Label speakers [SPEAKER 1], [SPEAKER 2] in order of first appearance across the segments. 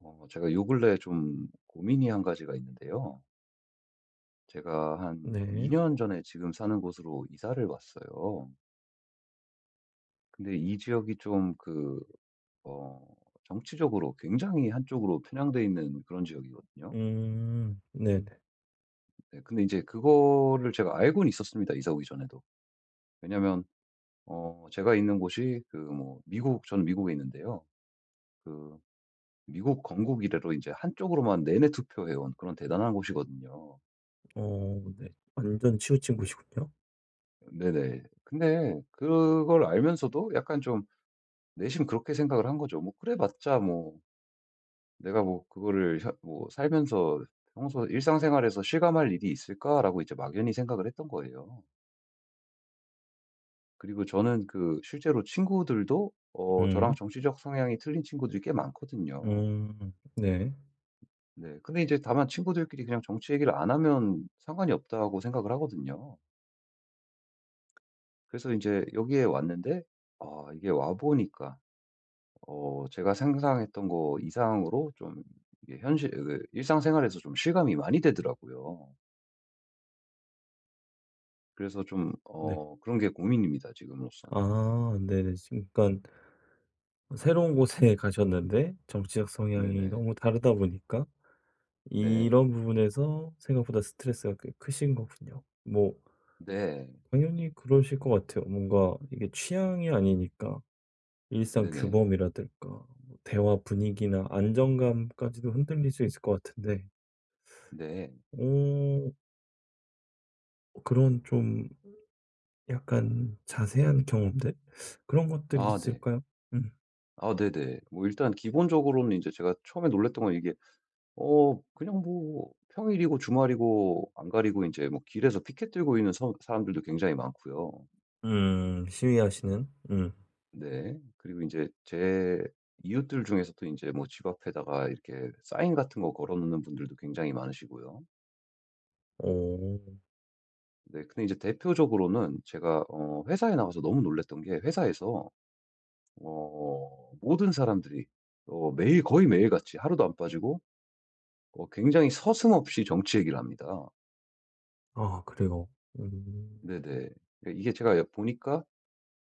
[SPEAKER 1] 제가 요 근래 좀 고민이 한 가지가 있는데요. 제가 한
[SPEAKER 2] 네.
[SPEAKER 1] 2년 전에 지금 사는 곳으로 이사를 왔어요. 근데 이 지역이 좀 어, 정치적으로 굉장히 한쪽으로 편향돼 있는 그런 지역이거든요.
[SPEAKER 2] 음. 네네.
[SPEAKER 1] 네, 근데 이제 그거를 제가 알고는 있었습니다. 이사 오기 전에도. 왜냐면, 제가 있는 곳이 그 뭐, 미국, 저는 미국에 있는데요. 그, 미국 건국 이래로 이제 한쪽으로만 내내 투표해온 그런 대단한 곳이거든요.
[SPEAKER 2] 어 네. 완전
[SPEAKER 1] 네,
[SPEAKER 2] 친구친구시군요.
[SPEAKER 1] 네네. 근데 그걸 알면서도 약간 좀 내심 그렇게 생각을 한 거죠. 뭐 그래 봤자 뭐 내가 뭐 그거를 뭐 살면서 평소 일상생활에서 실감할 일이 있을까라고 이제 막연히 생각을 했던 거예요. 그리고 저는 그 실제로 친구들도 저랑
[SPEAKER 2] 음.
[SPEAKER 1] 정치적 성향이 틀린 친구들이 꽤 많거든요.
[SPEAKER 2] 음. 네.
[SPEAKER 1] 네. 근데 이제 다만 친구들끼리 그냥 정치 얘기를 안 하면 상관이 없다고 생각을 하거든요. 그래서 이제 여기에 왔는데 아 이게 와 보니까 제가 상상했던 거 이상으로 좀 이게 현실 그 일상생활에서 좀 실감이 많이 되더라고요. 그래서 좀
[SPEAKER 2] 네.
[SPEAKER 1] 그런 게 고민입니다 지금으로선.
[SPEAKER 2] 아 네네. 지금 그러니깐 새로운 곳에 가셨는데 정치적 성향이
[SPEAKER 1] 네네.
[SPEAKER 2] 너무 다르다 보니까
[SPEAKER 1] 네.
[SPEAKER 2] 이런 부분에서 생각보다 스트레스가 꽤 크신 거군요. 뭐
[SPEAKER 1] 네.
[SPEAKER 2] 당연히 그러실 것 같아요. 뭔가 이게 취향이 아니니까 일상
[SPEAKER 1] 네네.
[SPEAKER 2] 규범이라든가 뭐 대화 분위기나 안정감까지도 흔들릴 수 있을 것 같은데,
[SPEAKER 1] 네.
[SPEAKER 2] 오, 그런 좀 약간 자세한 경험들? 그런 것들이
[SPEAKER 1] 아 네.
[SPEAKER 2] 있을까요? 음.
[SPEAKER 1] 아 네네. 뭐 일단 기본적으로는 이제 제가 처음에 놀랐던 건 이게 그냥 뭐 평일이고 주말이고 안 가리고 이제 뭐 길에서 피켓 들고 있는 서 사람들도 굉장히 많고요.
[SPEAKER 2] 음. 시위하시는? 음.
[SPEAKER 1] 네. 그리고 이제 제 이웃들 중에서도 이제 뭐 집 앞에다가 이렇게 사인 같은 거 걸어 놓는 분들도 굉장히 많으시고요.
[SPEAKER 2] 오.
[SPEAKER 1] 네. 근데 이제 대표적으로는 제가 회사에 나가서 너무 놀랐던 게 회사에서 모든 사람들이 매일 거의 매일같이 하루도 안 빠지고 굉장히 서슴없이 정치 얘기를 합니다.
[SPEAKER 2] 아, 그래요. 음.
[SPEAKER 1] 네네. 예 이게 제가 여 보니까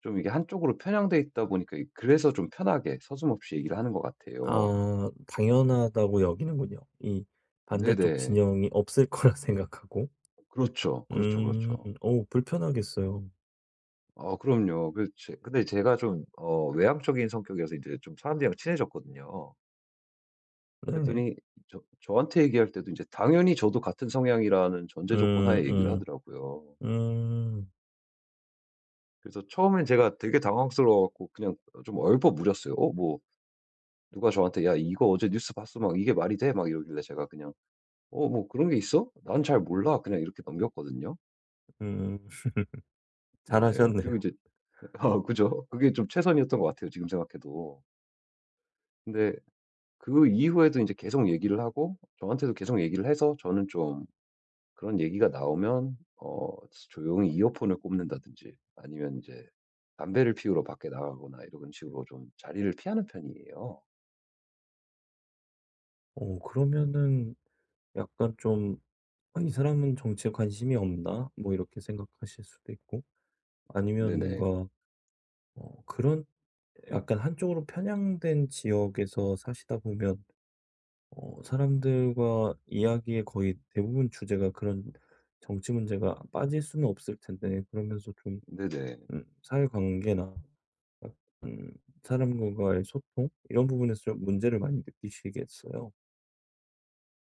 [SPEAKER 1] 좀 이게 한쪽으로 편향돼 있다 보니까 이 그래서 좀 편하게 서슴없이 얘기를 하는 것 같아요.
[SPEAKER 2] 아, 당연하다고 여기는군요. 이 반대쪽
[SPEAKER 1] 네네.
[SPEAKER 2] 진영이 없을 거라 생각하고.
[SPEAKER 1] 그렇죠. 그렇죠,
[SPEAKER 2] 음.
[SPEAKER 1] 그렇죠.
[SPEAKER 2] 오, 불편하겠어요.
[SPEAKER 1] 그럼요. 그 제 근데 제가 좀 외향적인 성격이라서 이제 좀 사람들이랑 친해졌거든요.
[SPEAKER 2] 네.
[SPEAKER 1] 그랬더니 저한테 얘기할 때도 이제 당연히 저도 같은 성향이라는 전제
[SPEAKER 2] 음.
[SPEAKER 1] 조건 하에 얘기를
[SPEAKER 2] 음.
[SPEAKER 1] 하더라고요.
[SPEAKER 2] 음.
[SPEAKER 1] 그래서 처음엔 제가 되게 당황스러워 갖고 그냥 좀 얼버무렸어요. 어 뭐 누가 저한테 "야 이거 어제 뉴스 봤어?" 막 "이게 말이 돼?" 막 이러길래 제가 그냥 "어 뭐 그런 게 있어? 난 잘 몰라." 그냥 이렇게 넘겼거든요.
[SPEAKER 2] 음.
[SPEAKER 1] 네네. 그리고
[SPEAKER 2] 잘하셨네요.
[SPEAKER 1] 이제 아 그죠. 그게 좀 최선이었던 것 같아요 지금 생각해도. 근데 그 이후에도 이제 계속 얘기를 하고 저한테도 계속 얘기를 해서 저는 좀 그런 얘기가 나오면 조용히 이어폰을 꼽는다든지 아니면 이제 담배를 피우러 밖에 나가거나 이런 식으로 좀 자리를 피하는 편이에요.
[SPEAKER 2] 오, 그러면은 약간 좀 '아, 이 사람은 정치에 관심이 없나?' 뭐 이렇게 생각하실 수도 있고, 아니면
[SPEAKER 1] 네네.
[SPEAKER 2] 뭔가 그런, 약간 한쪽으로 편향된 지역에서 사시다 보면 사람들과 이야기의 거의 대부분 주제가 그런 정치 문제가 빠질 수는 없을 텐데, 그러면서 좀
[SPEAKER 1] 네네.
[SPEAKER 2] 사회관계나 음, 사람과의 소통, 이런 부분에서 좀 문제를 많이 느끼시겠어요.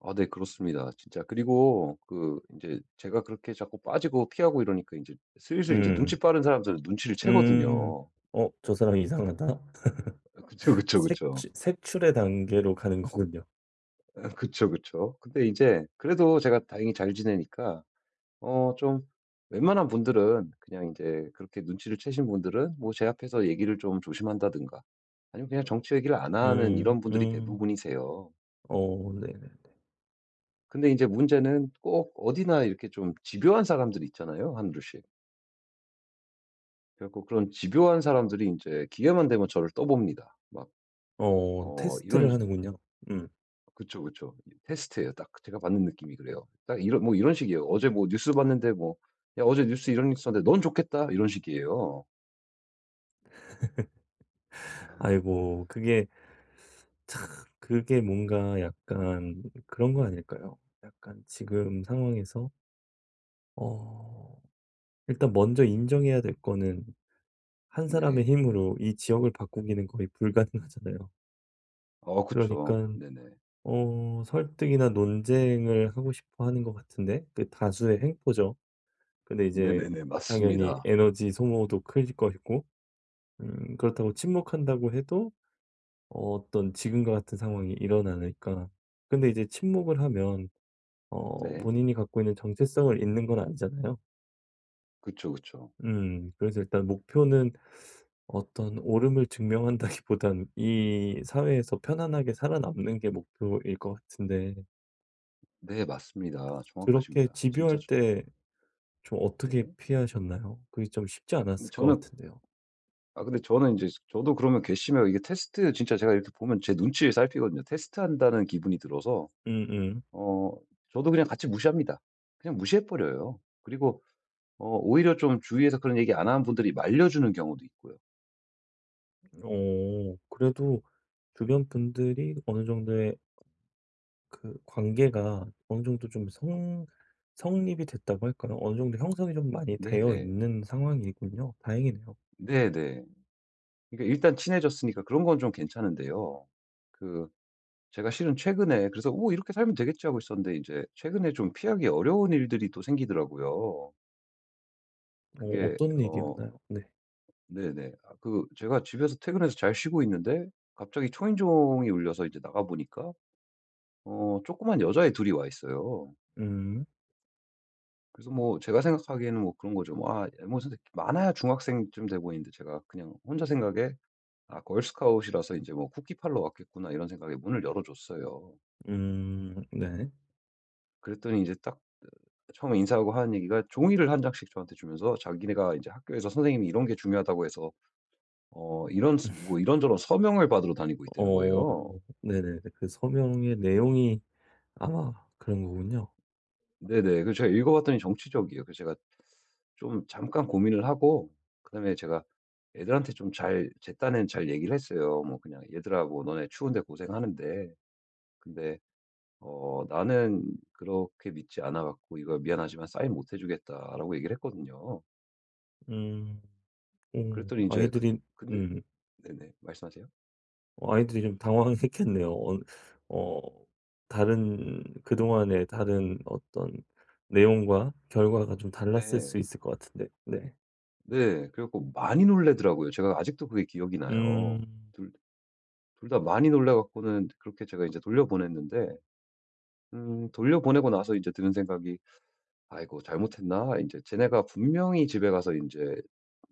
[SPEAKER 1] 아 네 그렇습니다. 진짜 그리고 그 이제 제가 그렇게 자꾸 빠지고 피하고 이러니까 이제 슬슬 이제 눈치
[SPEAKER 2] 음.
[SPEAKER 1] 빠른 사람들은 눈치를
[SPEAKER 2] 음.
[SPEAKER 1] 채거든요.
[SPEAKER 2] '어 저 사람 이상하다.'
[SPEAKER 1] 아 그쵸, 그쵸, 그쵸.
[SPEAKER 2] 색출의 단계로 가는 거군요.
[SPEAKER 1] 그쵸, 그쵸. 근데 이제 그래도 제가 다행히 잘 지내니까 좀 웬만한 분들은 그냥 이제 그렇게 눈치를 채신 분들은 뭐 제 앞에서 얘기를 좀 조심한다든가 아니면 그냥 정치 얘기를 안 하는
[SPEAKER 2] 음.
[SPEAKER 1] 이런 분들이
[SPEAKER 2] 음.
[SPEAKER 1] 대부분이세요.
[SPEAKER 2] 어 네네네.
[SPEAKER 1] 근데 이제 문제는 꼭 어디나 이렇게 좀 집요한 사람들이 있잖아요, 한2 씩. 그래갖고 그런 집요한 사람들이 이제 기회만 되면 저를 떠봅니다. 막 어 이런
[SPEAKER 2] 테스트를
[SPEAKER 1] 식
[SPEAKER 2] 하는군요. 음.
[SPEAKER 1] 그쵸, 그쵸. 테스트예요. 딱 제가 받는 느낌이 그래요. 딱 이런 뭐 이런 식이에요. "어제 뭐 뉴스 봤는데 뭐 야 어제 뉴스 이런 뉴스 하는데 넌 좋겠다." 이런 식이에요.
[SPEAKER 2] 아이고, 그게 참, 그게 뭔가 약간 그런 거 아닐까요? 약간 지금 상황에서 어 일단 먼저 인정해야 될 거는, 한 사람의
[SPEAKER 1] 네.
[SPEAKER 2] 힘으로 이 지역을 바꾸기는 거의 불가능하잖아요.
[SPEAKER 1] 어
[SPEAKER 2] 그러니까
[SPEAKER 1] 그쵸. 네네.
[SPEAKER 2] 설득이나 논쟁을 하고 싶어 하는 것 같은데, 그 다수의 횡포죠. 근데 이제
[SPEAKER 1] 네네네.
[SPEAKER 2] 당연히
[SPEAKER 1] 맞습니다.
[SPEAKER 2] 에너지 소모도 클 것이고, 그렇다고 침묵한다고 해도 어떤 지금과 같은 상황이 일어나니까. 근데 이제 침묵을 하면
[SPEAKER 1] 네.
[SPEAKER 2] 본인이 갖고 있는 정체성을 잃는 건 아니잖아요.
[SPEAKER 1] 그쵸, 그쵸.
[SPEAKER 2] 그래서 일단 목표는, 어떤 옳음을 증명한다기보단 이 사회에서 편안하게 살아남는 게 목표일 것 같은데,
[SPEAKER 1] 네 맞습니다.
[SPEAKER 2] 그렇게
[SPEAKER 1] 정확하십니다. 진짜
[SPEAKER 2] 집요할
[SPEAKER 1] 저
[SPEAKER 2] 때 좀 어떻게
[SPEAKER 1] 네.
[SPEAKER 2] 피하셨나요? 그게 좀 쉽지
[SPEAKER 1] 근데
[SPEAKER 2] 않았을 것
[SPEAKER 1] 저는
[SPEAKER 2] 같은데요.
[SPEAKER 1] 아 근데 저는 이제 저도 그러면 괘씸해요. 이게 테스트 진짜 제가 이렇게 보면 제 눈치를 살피거든요. 테스트한다는 기분이 들어서
[SPEAKER 2] 음음.
[SPEAKER 1] 어 저도 그냥 같이 무시합니다. 그냥 무시해 버려요. 그리고 오히려 좀 주위에서 그런 얘기 안 하는 분들이 말려주는 경우도 있고요.
[SPEAKER 2] 그래도, 주변 분들이 어느 정도의 그 관계가 어느 정도 좀 성 성립이 됐다고 할까요? 어느 정도 형성이 좀 많이 되어
[SPEAKER 1] 네네.
[SPEAKER 2] 있는 상황이군요. 다행이네요.
[SPEAKER 1] 네네. 그러니까 일단 친해졌으니까 그런 건 좀 괜찮은데요. 그 제가 실은 최근에 그래서 '오 이렇게 살면 되겠지.' 하고 있었는데 이제 최근에 좀 피하기 어려운 일들이 또 생기더라고요. 그게
[SPEAKER 2] 어떤
[SPEAKER 1] 어
[SPEAKER 2] 일이었나요? 네.
[SPEAKER 1] 네네. 아 그 제가 집에서 퇴근해서 잘 쉬고 있는데 갑자기 초인종이 울려서 이제 나가 보니까 조그만 여자애 둘이 와 있어요.
[SPEAKER 2] 음.
[SPEAKER 1] 그래서 뭐 제가 생각하기에는 뭐 그런 거죠. 뭐 아 뭐 선생님 많아야 중학생쯤 돼 보이는데 제가 그냥 혼자 생각에 '아 걸스카웃이라서 이제 뭐 쿠키 팔러 왔겠구나.' 이런 생각에 문을 열어 줬어요.
[SPEAKER 2] 음. 네.
[SPEAKER 1] 그랬더니 이제딱 처음에 인사하고 하는 얘기가 종이를 한 장씩 저한테 주면서 자기네가 이제 학교에서 선생님이 이런 게 중요하다고 해서 어 이런 스 뭐 이런저런 서명을 받으러 다니고 있다는
[SPEAKER 2] 어
[SPEAKER 1] 거예요.
[SPEAKER 2] 네네네. 그 서명의 내용이 아마 그런 거군요.
[SPEAKER 1] 네네. 그래서 제가 읽어 봤더니 정치적이에요. 그래서 제가 좀 잠깐 고민을 하고 그다음에 제가 애들한테 좀 잘 제 딴에는 잘 얘기를 했어요. 뭐 그냥 "얘들아 뭐 너네 추운데 고생하는데 근데 어 나는 그렇게 믿지 않아 갖고 이거 미안하지만 사인 못 해 주겠다."라고 얘기를 했거든요.
[SPEAKER 2] 음. 어
[SPEAKER 1] 그랬더니 이제 그
[SPEAKER 2] 아이들이
[SPEAKER 1] 근데
[SPEAKER 2] 음.
[SPEAKER 1] 네네. 말씀하세요.
[SPEAKER 2] 아이들이 좀 당황했겠네요. 어 어, 다른, 그동안의 다른 어떤 내용과 결과가 좀 달랐을 수
[SPEAKER 1] 네.
[SPEAKER 2] 있을 것 같은데. 네.
[SPEAKER 1] 네. 그래 갖고 많이 놀라더라고요. 제가 아직도 그게 기억이 나요.
[SPEAKER 2] 음.
[SPEAKER 1] 둘 둘 다 많이 놀라 갖고는 그렇게 제가 이제 돌려보냈는데 돌려보내고 나서 이제 드는 생각이 '아이고 잘못했나?' 이제 쟤네가 분명히 집에 가서 이제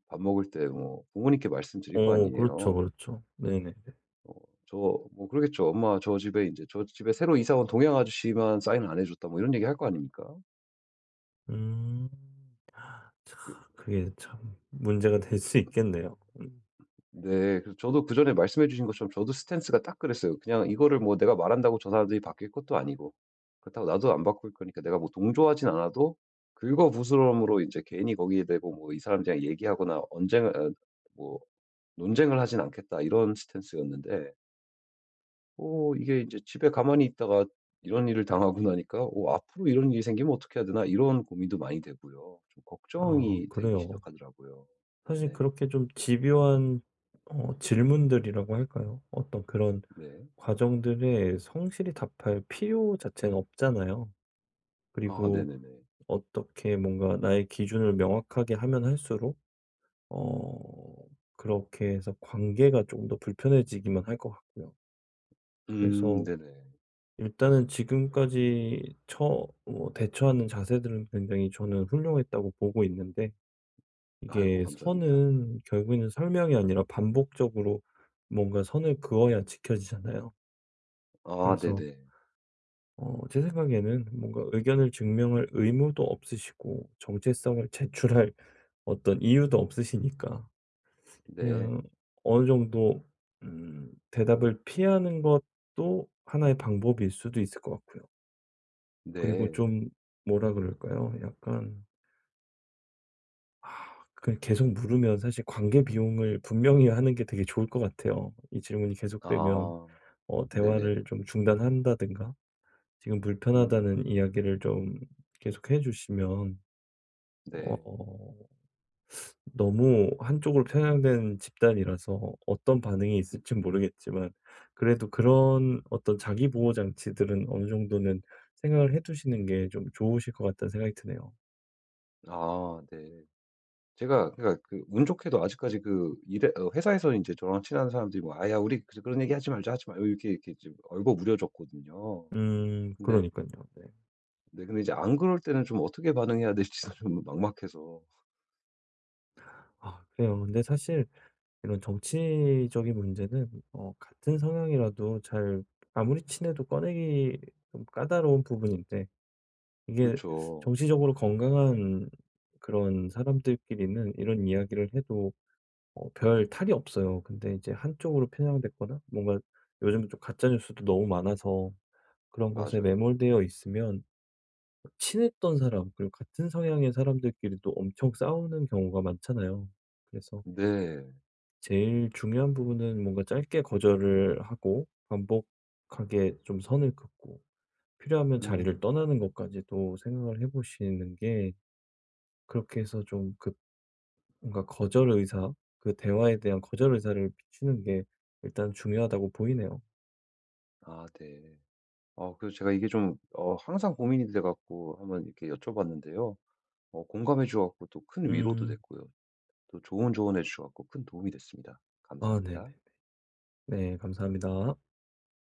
[SPEAKER 1] 밥 먹을 때 뭐 부모님께 말씀드릴 거
[SPEAKER 2] 어, 그렇죠,
[SPEAKER 1] 아니에요.
[SPEAKER 2] 그렇죠. 네네네.
[SPEAKER 1] 어 저 뭐 그러겠죠. "엄마 저 집에 이제 저 집에 새로 이사 온 동양 아저씨만 사인을 안 해 줬다." 뭐 이런 얘기할 거 아닙니까?
[SPEAKER 2] 음. 참,
[SPEAKER 1] 그
[SPEAKER 2] 그게 참 문제가 될 수 있겠네요. 음.
[SPEAKER 1] 네. 그래서 저도 그전에 말씀해 주신 것처럼 저도 스탠스가 딱 그랬어요. 그냥 이거를 뭐 내가 말한다고 저 사람들이 바뀔 것도 아니고 그렇다고 나도 안 바꿀 거니까 내가 뭐 동조하진 않아도 긁어부스럼으로 이제 괜히 거기에 대고 뭐 이 사람들이랑 얘기하거나 언쟁을 어 뭐 논쟁을 하진 않겠다 이런 스탠스였는데 오 이게 이제 집에 가만히 있다가 이런 일을 당하고 나니까 '오 앞으로 이런 일이 생기면 어떻게 해야 되나?' 이런 고민도 많이 되고요. 좀
[SPEAKER 2] 아,
[SPEAKER 1] 걱정이 되기
[SPEAKER 2] 그래요.
[SPEAKER 1] 시작하더라고요.
[SPEAKER 2] 사실
[SPEAKER 1] 네네.
[SPEAKER 2] 그렇게 좀 집요한 질문들이라고 할까요? 어떤 그런
[SPEAKER 1] 네.
[SPEAKER 2] 과정들에 성실히 답할 필요 자체는 없잖아요.
[SPEAKER 1] 아
[SPEAKER 2] 그리고
[SPEAKER 1] 네네네.
[SPEAKER 2] 어떻게 뭔가 나의 기준을 명확하게 하면 할수록 어 그렇게 해서 관계가 조금 더 불편해지기만 할 것 같고요. 그래서
[SPEAKER 1] 네네.
[SPEAKER 2] 일단은 지금까지 처 뭐 대처하는 자세들은 굉장히 저는 훌륭했다고 보고 있는데,
[SPEAKER 1] 아이고
[SPEAKER 2] 이게
[SPEAKER 1] 감사합니다.
[SPEAKER 2] 선은 결국에는 설명이 아니라 반복적으로 뭔가 선을 그어야 지켜지잖아요.
[SPEAKER 1] 아
[SPEAKER 2] 그래서
[SPEAKER 1] 네네.
[SPEAKER 2] 제 생각에는 뭔가 의견을 증명할 의무도 없으시고 정체성을 제출할 어떤 이유도 없으시니까,
[SPEAKER 1] 네.
[SPEAKER 2] 그냥 어느 정도 대답을 피하는 것도 하나의 방법일 수도 있을 것 같고요. 그리고
[SPEAKER 1] 네.
[SPEAKER 2] 좀, 뭐라 그럴까요? 약간 그, 계속 물으면 사실 관계 비용을 분명히 하는 게 되게 좋을 것 같아요. 이 질문이 계속되면
[SPEAKER 1] 아 네네.
[SPEAKER 2] 대화를 좀 중단한다든가, 지금
[SPEAKER 1] 음
[SPEAKER 2] 불편하다는 이야기를 좀 계속해 주시면,
[SPEAKER 1] 네.
[SPEAKER 2] 어 너무 한쪽으로 편향된 집단이라서 어떤 반응이 있을지
[SPEAKER 1] 음
[SPEAKER 2] 모르겠지만, 그래도 그런 어떤 자기 보호 장치들은 어느 정도는 생각을 해 두시는 게 좀 좋으실 것 같다는 생각이 드네요.
[SPEAKER 1] 아 네. 제가 그러니까 그 운 좋게도 아직까지 그 일에 회사에서 이제 저랑 친한 사람들이 뭐 "아야 우리 그 그런 얘기 하지 말자. 하지 마 이렇게, 이렇게 좀 얼버무려졌거든요. 근데
[SPEAKER 2] 그러니깐요. 네.
[SPEAKER 1] 네 근데 이제 안 그럴 때는 좀 어떻게 반응해야 될지도 좀 막막해서.
[SPEAKER 2] 아, 그래요. 근데 사실 이런 정치적인 문제는 같은 성향이라도 잘 아무리 친해도 꺼내기 좀 까다로운 부분인데, 이게
[SPEAKER 1] 그쵸.
[SPEAKER 2] 정치적으로 건강한 그런 사람들끼리는 이런 이야기를 해도 별 탈이 없어요. 근데 이제 한쪽으로 편향됐거나 뭔가, 요즘은 좀 가짜 뉴스도 너무 많아서 그런 것에
[SPEAKER 1] 맞아요.
[SPEAKER 2] 매몰되어 있으면 친했던 사람, 그리고 같은 성향의 사람들끼리도 엄청 싸우는 경우가 많잖아요. 그래서
[SPEAKER 1] 네.
[SPEAKER 2] 제일 중요한 부분은 뭔가 짧게 거절을 하고 반복하게 좀 선을 긋고, 필요하면 자리를
[SPEAKER 1] 음.
[SPEAKER 2] 떠나는 것까지도 생각을 해 보시는 게, 그렇게 해서 좀그 뭔가 거절 의사, 그 대화에 대한 거절
[SPEAKER 1] 네.
[SPEAKER 2] 의사를 비추는 게 일단 중요하다고 보이네요.
[SPEAKER 1] 아 네. 그래서 제가 이게 좀, 항상 고민이 돼 갖고 한번 이렇게 여쭤봤는데요. 공감해 주셔 갖고 또 큰 위로도
[SPEAKER 2] 음.
[SPEAKER 1] 됐고요. 또 좋은 조언해 주셔 갖고 큰 도움이 됐습니다.
[SPEAKER 2] 아 네네.
[SPEAKER 1] 감사합니다.
[SPEAKER 2] 네, 감사합니다.